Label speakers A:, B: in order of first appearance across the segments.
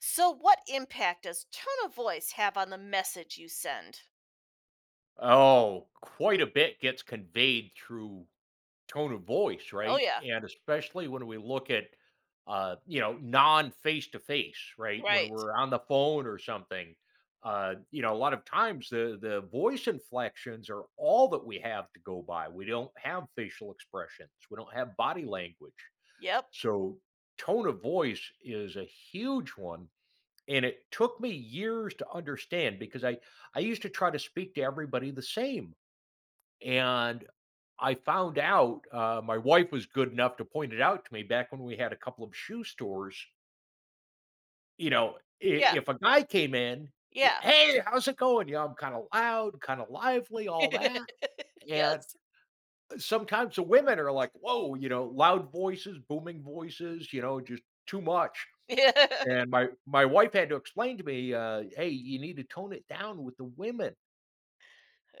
A: So, what impact does tone of voice have on the message you send?
B: Oh, quite a bit gets conveyed through tone of voice,
A: Oh,
B: right?
A: yeah.
B: And especially when we look at, you know, non face to face, right? When
A: Right.
B: we're on the phone or something, you know, a lot of times the voice inflections are all that we have to go by. We don't have facial expressions. We don't have body language.
A: Yep.
B: So tone of voice is a huge one. And it took me years to understand because I used to try to speak to everybody the same. And I found out, my wife was good enough to point it out to me back when we had a couple of shoe stores. You know, I
A: Yeah.
B: if a guy came in,
A: Yeah.
B: "Hey, how's it going?" You know, I'm kind of loud, kind of lively, all that. And
A: Yes.
B: sometimes the women are like, "Whoa," you know, loud voices, booming voices, you know, just too much.
A: Yeah.
B: And my wife had to explain to me, "Hey, you need to tone it down with the women."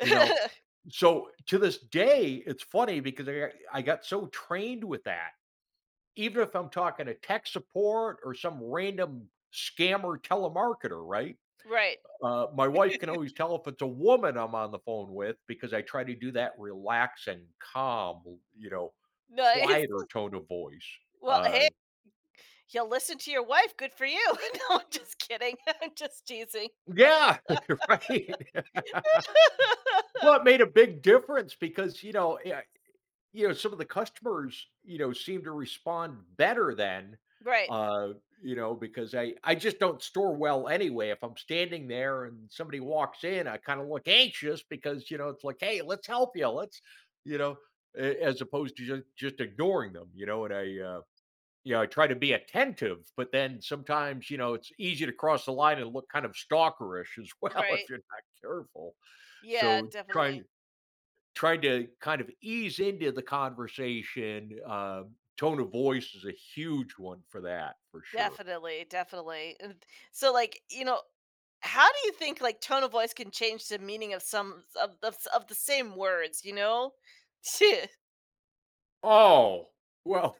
B: You know? So, to this day, it's funny because I got so trained with that. Even if I'm talking to tech support or some random scammer telemarketer, right?
A: Right.
B: My wife can always tell if it's a woman I'm on the phone with because I try to do that relaxing, calm, you know,
A: Nice.
B: quieter tone of voice.
A: Well,
B: Uh,
A: hey, you'll listen to your wife. Good for you. No, I'm just kidding. I'm just teasing.
B: yeah, right. Well, it made a big difference because, you know, you know, some of the customers, you know, seem to respond better than,
A: Right.
B: uh, you know, because I just don't store well anyway. If I'm standing there and somebody walks in, I kind of look anxious because you know it's like, hey, let's help you, let's, you know, as opposed to just ignoring them, you know. And I, you know, I try to be attentive, but then sometimes you know it's easy to cross the line and look kind of stalkerish as well if
A: Right.
B: you're not careful.
A: Yeah,
B: So try
A: definitely.
B: Tried to kind of ease into the conversation, tone of voice is a huge one for that, for sure.
A: Definitely. Definitely. And so, how do you think, like, tone of voice can change the meaning of some of the same words? Shit.
B: Oh, well,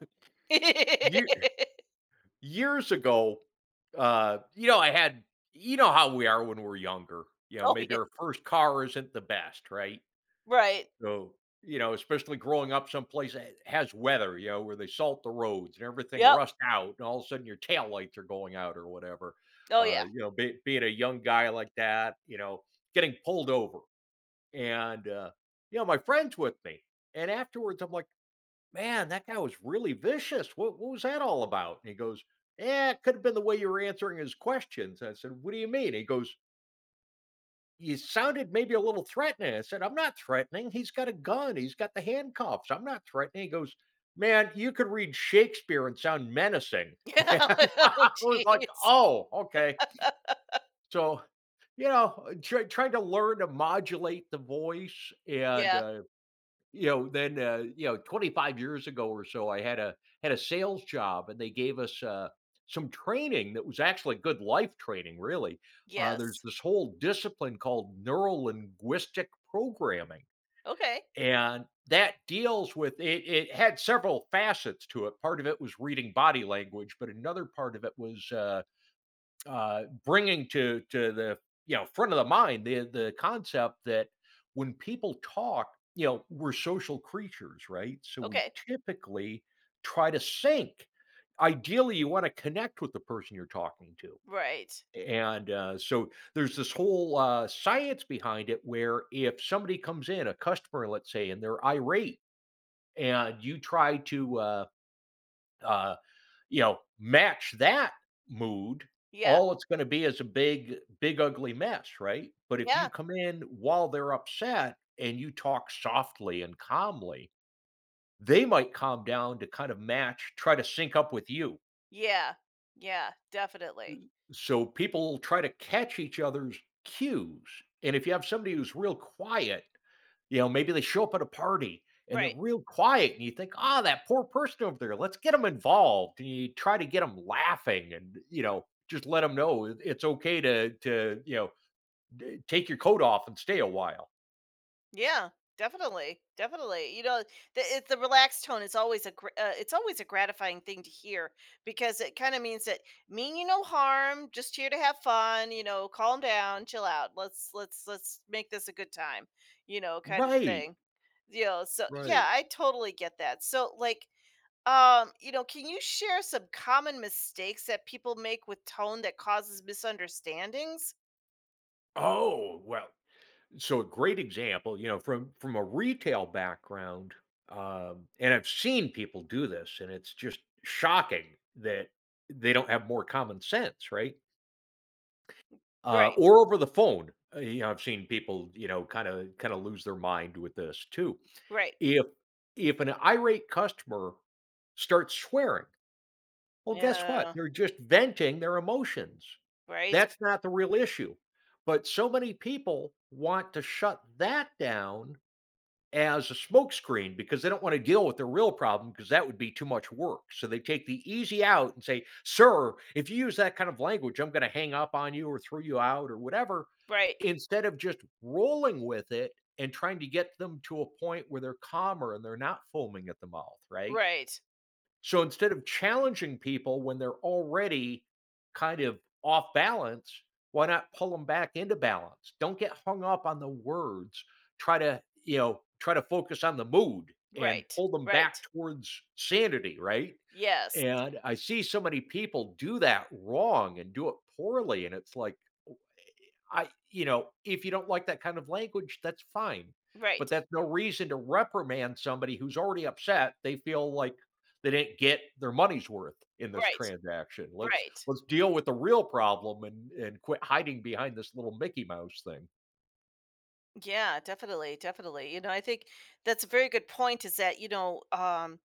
B: Ye years ago, you know, I had you know how we are when we're younger, you know,
A: Oh,
B: maybe
A: yeah.
B: our first car isn't the best, right?
A: Right.
B: So, you know, especially growing up someplace that has weather, you know, where they salt the roads and everything
A: Yep.
B: rusts out, and all of a sudden your taillights are going out or whatever.
A: Oh, yeah.
B: You know, being a young guy like that, you know, getting pulled over. And, you know, my friend's with me. And afterwards, I'm like, man, that guy was really vicious. What was that all about? And he goes, yeah, it could have been the way you were answering his questions. I said, what do you mean? He goes, you sounded maybe a little threatening. I said, I'm not threatening. He's got a gun. He's got the handcuffs. I'm not threatening. He goes, man, you could read Shakespeare and sound menacing. And
A: Yeah. Oh,
B: I was like,
A: jeez.
B: oh, okay. So, you know, trying to learn to modulate the voice and,
A: Yeah.
B: you know, then you know, 25 years ago or so, I had a had a sales job, and they gave us some training that was actually good life training. Really, there's
A: Yes.
B: this whole discipline called neuro linguistic programming,
A: Okay.
B: and that deals with it. It had several facets to it. Part of it was reading body language, but another part of it was bringing to the you know front of the mind the concept that when people talk, you know, we're social creatures, right? So we
A: Okay.
B: typically try to sync. Ideally, you want to connect with the person you're talking to.
A: Right.
B: And so there's this whole science behind it where if somebody comes in, a customer, let's say, and they're irate, and you try to uh, you know, match that mood,
A: Yeah.
B: all it's gonna be is a big, big ugly mess, right? But if you
A: Yeah.
B: come in while they're upset and you talk softly and calmly, they might calm down to kind of match try to sync up with you.
A: Yeah. Yeah. Definitely.
B: So people try to catch each other's cues, and if you have somebody who's real quiet. You know, maybe they show up at a party and they're
A: Right.
B: real quiet, and you think, "Ah, that poor person over there. Let's get them involved." And you try to get them laughing, and you know, just let them know it's okay to you know take your coat off and stay a while.
A: Yeah, definitely, definitely. The it's the relaxed tone is always a it's always a gratifying thing to hear because it kind of means that mean you no harm, just here to have fun. You know, calm down, chill out. Let's make this a good time. You know, kind of
B: Right.
A: thing. So yeah,
B: Right.
A: I totally get that. So can you share some common mistakes that people make with tone that causes misunderstandings?
B: Oh, well, so a great example, you know, from a retail background, and I've seen people do this, and it's just shocking that they don't have more common sense, right?
A: Right.
B: Or over the phone. You know, I've seen people, you know, kinda lose their mind with this too.
A: Right.
B: If if an irate customer starts swearing, well, guess what?
A: Yeah.
B: They're just venting their emotions.
A: Right.
B: That's not the real issue. But so many people want to shut that down as a smokescreen because they don't want to deal with the real problem because that would be too much work. So they take the easy out and say, sir, if you use that kind of language, I'm going to hang up on you or throw you out or whatever,
A: Right.
B: instead of just rolling with it and trying to get them to a point where they're calmer and they're not foaming at the mouth, right?
A: Right.
B: So instead of challenging people when they're already kind of off balance, why not pull them back into balance? Don't get hung up on the words. Try to, you know, try to focus on the mood and
A: Right,
B: pull them back
A: right.
B: towards sanity, right?
A: Yes.
B: And I see so many people do that wrong and do it poorly. And it's like, I, you know, if you don't like that kind of language, that's fine. But
A: Right,
B: that's no reason to reprimand somebody who's already upset. They feel like they didn't get their money's worth in this
A: right,
B: transaction.
A: right.
B: Let's deal with the real problem and quit hiding behind this little Mickey Mouse thing.
A: Yeah, definitely, definitely. I think that's a very good point is that,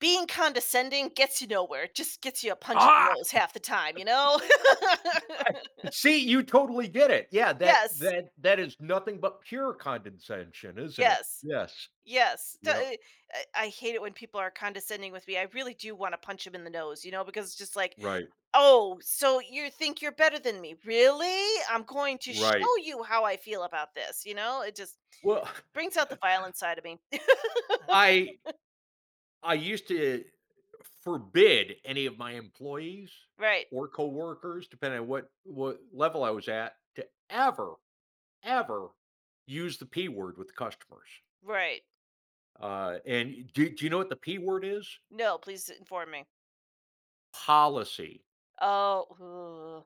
A: being condescending gets you nowhere. It just gets you a punch in the
B: Ah,
A: nose, half the time,
B: I, see, you totally get it. Yeah, that
A: Yes,
B: that is nothing but pure condescension, isn't it?
A: yes,
B: Yes.
A: yes.
B: Yep.
A: I hate it when people are condescending with me. I really do want to punch them in the nose, because it's just like,
B: Right.
A: oh, so you think you're better than me. Really? I'm going to
B: Right.
A: show you how I feel about this, It just
B: Well,
A: brings out the violent side of me.
B: I I used to forbid any of my employees
A: Right,
B: or coworkers, depending on what level I was at, to ever, ever use the P word with customers.
A: right.
B: And do you know what the P word is?
A: No, please inform me.
B: Policy.
A: Oh,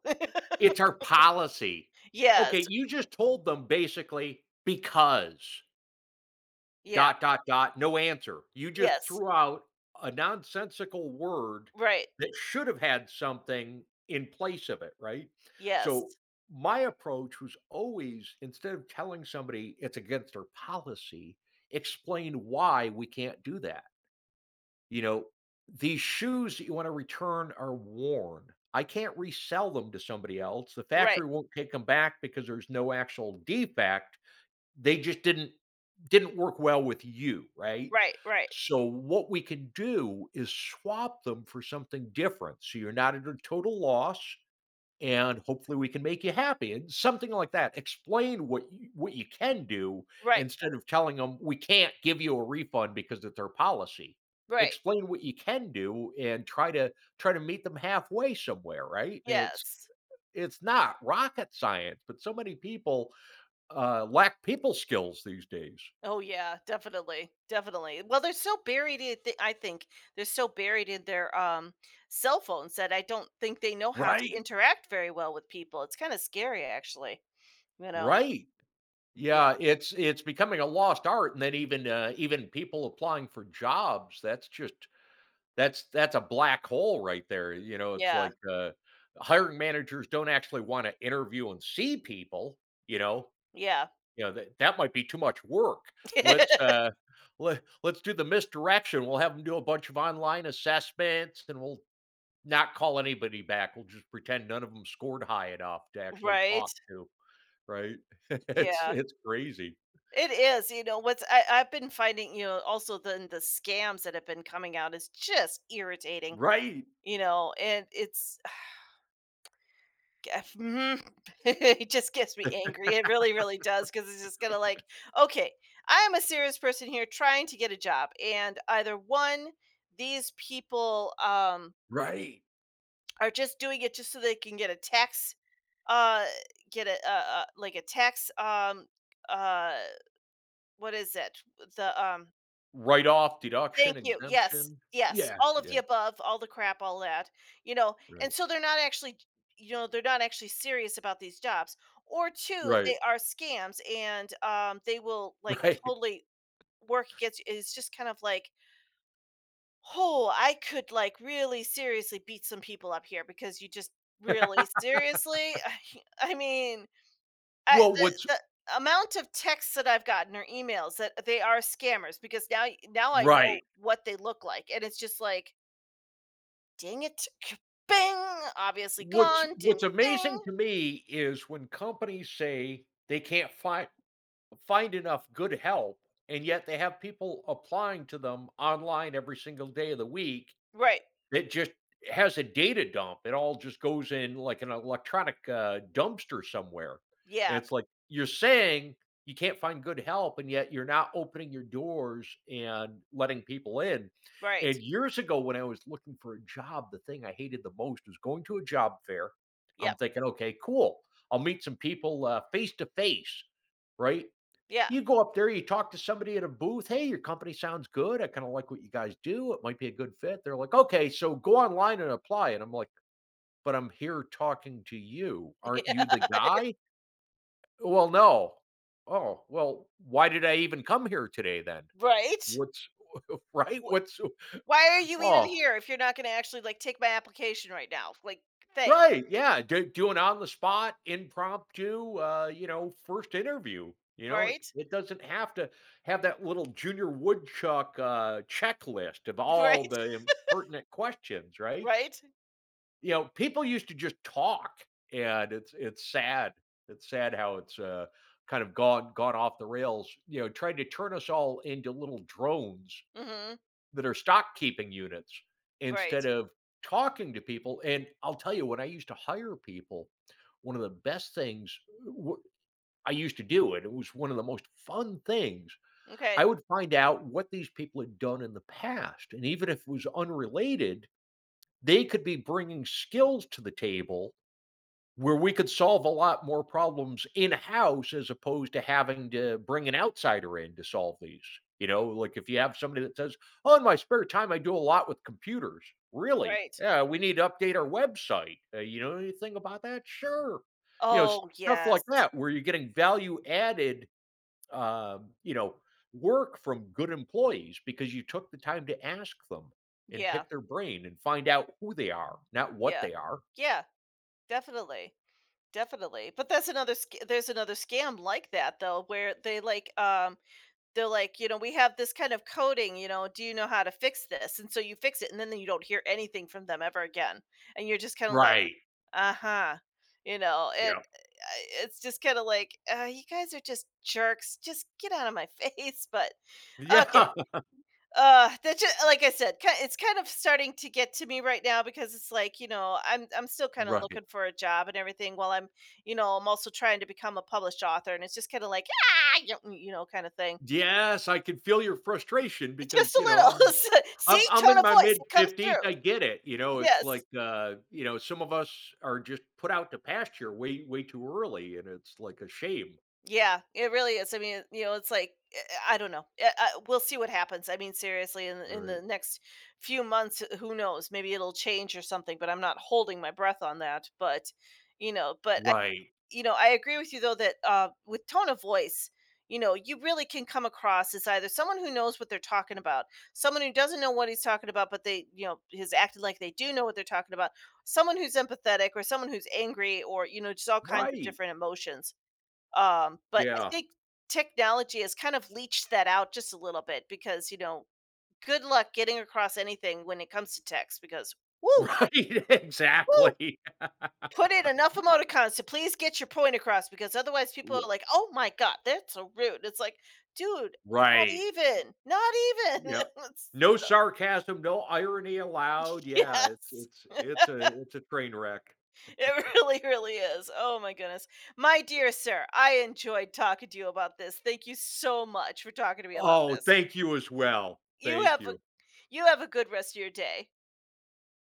B: It's our policy. Okay,
A: yes,
B: you just told them basically because.
A: yeah,
B: Dot, dot, dot, no answer. You just
A: yes,
B: threw out a nonsensical word
A: right,
B: that should have had something in place of it, right? So,
A: yes,
B: my approach was always instead of telling somebody it's against their policy, explain why we can't do that. You know, these shoes that you want to return are worn. I can't resell them to somebody else. The
A: right,
B: factory won't take them back because there's no actual defect. They just didn't work well with you, right?
A: right, right,
B: So what we can do is swap them for something different, so you're not at a total loss, and hopefully we can make you happy, and something like that. Explain what you can do
A: right,
B: instead of telling them "We can't give you a refund because it's our policy."
A: right,
B: Explain what you can do and try to meet them halfway somewhere, right? And It's
A: yes.
B: it's not rocket science, but so many people lack people skills these days.
A: Oh yeah, definitely, definitely. Well, they're so buried in. Th- I think they're so buried in their cell phones that I don't think they know how to
B: Right.
A: interact very well with people. It's kind of scary, actually. You know.
B: Right.
A: Yeah.
B: Yeah, it's becoming a lost art, and then even people applying for jobs, that's just that's a black hole right there. You know, it's
A: Yeah.
B: like hiring managers don't actually want to interview and see people. You know,
A: Yeah.
B: you know that that might be too much work. Let's let's do the misdirection. We'll have them do a bunch of online assessments, and we'll not call anybody back, we'll just pretend none of them scored high enough to actually talk
A: Right.
B: to, right?
A: Yeah.
B: It's crazy.
A: It is, you know, what's I've been finding, you know, also then the scams that have been coming out is just irritating,
B: Right,
A: you know, and it's mm, it just gets me angry. It really, really does because it's just gonna like, okay, I am a serious person here trying to get a job, and either one, these people
B: right.
A: are just doing it just so they can get a tax, uh, get a like a tax, uh, what is it? The
B: Write-off, deduction,
A: thank you. Yes,
B: exemption.
A: yes,
B: Yeah,
A: all of
B: yeah,
A: the above, all the crap, all that, you know, and
B: right,
A: so they're not they're not actually serious about these jobs, or two,
B: right,
A: they are scams and, they will, like,
B: right.
A: totally work against you. It's just kind of like, "Oh, I could, like, really seriously beat some people up here because you just really seriously?" I mean I
B: Well,
A: the
B: what's
A: the amount of texts that I've gotten or emails that they are scammers because now I know
B: right.
A: what they look like, and it's just like, "Dang it, bing, obviously gone, ding,
B: What's amazing
A: ding."
B: to me is when companies say they can't find enough good help, and yet they have people applying to them online every single day of the week.
A: Right.
B: It just has a data dump. It all just goes in like an electronic dumpster somewhere. And
A: Yeah,
B: it's like you're saying you can't find good help, and yet you're not opening your doors and letting people in.
A: right.
B: And years ago, when I was looking for a job, the thing I hated the most was going to a job fair. I'm
A: Yep.
B: thinking, okay, cool. I'll meet some people face to face, right?
A: Yeah.
B: You go up there, you talk to somebody at a booth. Hey, your company sounds good. I kind of like what you guys do. It might be a good fit. They're like, okay, so go online and apply. And I'm like, but I'm here talking to you. Aren't you the
A: Yeah.
B: guy? Well, no. Oh, well, why did I even come here today then?
A: Right?
B: What's right?
A: Wh Why are you even
B: Oh,
A: here if you're not gonna actually, like, take my application right now? Like, thanks.
B: Right, yeah, do an on the spot, impromptu, you know, first interview, you know? It
A: Right?
B: it doesn't have to have that little Junior Woodchuck, checklist of
A: Right?
B: all the pertinent questions, right?
A: Right?
B: You know, people used to just talk, and it's sad. It's sad how it's, kind of gone off the rails, you know, trying to turn us all into little drones
A: Mhm.
B: that are stock keeping units instead
A: Right.
B: of talking to people. And I'll tell you, when I used to hire people, one of the best things w- I used to do it, it was one of the most fun things. I
A: Okay.
B: would find out what these people had done in the past. And even if it was unrelated, they could be bringing skills to the table where we could solve a lot more problems in house as opposed to having to bring an outsider in to solve these. You know, like if you have somebody that says, "Oh, in my spare time, I do a lot with computers." Really?
A: Right.
B: Yeah, we need to update our website. You know anything about that? Sure. You know,
A: Oh,
B: stuff like
A: yes.
B: that where you're getting value added. You know, work from good employees because you took the time to ask them and
A: Yeah.
B: pick their brain and find out who they are, not what
A: Yeah.
B: they are.
A: Yeah. Definitely, definitely. But that's another sc- There's another scam like that though where they like they're like, you know, we have this kind of coding, you know, do you know how to fix this? And so you fix it and then you don't hear anything from them ever again. And you're just kind of like,
B: Right.
A: "Uh-huh." You know,
B: Yeah.
A: it's just kind of like, you guys are just jerks. Just get out of my face. But okay,
B: Yeah.
A: that, just like I said, it's kind of starting to get to me right now because it's like, you know, I'm still kind of
B: Right.
A: looking for a job and everything while I'm you know I'm also trying to become a published author, and it's just kind of like, you know, kind of thing.
B: Yes, I can feel your frustration
A: It's just
B: because,
A: a
B: you know,
A: little So- see,
B: I'm
A: tone
B: in
A: of
B: my
A: voice, it comes
B: mid-50s,
A: through.
B: I get it, you know, it's
A: Yes,
B: like, you know, some of us are just put out to pasture way too early, and it's like a shame.
A: yeah, it really is. I mean, you know, it's like, I don't know. We'll see what happens. I mean, seriously, in
B: Right.
A: the next few months, who knows, maybe it'll change or something, but I'm not holding my breath on that. But
B: Right.
A: you know, I agree with you though that, with tone of voice, you know, you really can come across as either someone who knows what they're talking about, someone who doesn't know what he's talking about, but they, you know, has acted like they do know what they're talking about, someone who's empathetic or someone who's angry, or, you know, just all kinds of
B: Right.
A: different emotions. But I
B: Yeah.
A: think technology has kind of leached that out just a little bit because, you know, good luck getting across anything when it comes to text because woo,
B: Right,
A: woo,
B: exactly.
A: put in enough emoticons to please get your point across because otherwise people
B: Ri
A: are like, "Oh my god, that's so rude." It's like, "Dude, not
B: Right.
A: even. Not even."
B: Yeah.
A: It's-
B: No sarcasm, no irony allowed. Yeah,
A: yes.
B: it's a train wreck.
A: It really really is. Oh my goodness. My dear sir, I enjoyed talking to you about this. Thank you so much for talking to me about
B: Oh,
A: this.
B: thank you as well.
A: You
B: Thank
A: have a
B: you.
A: you have a good rest of your day.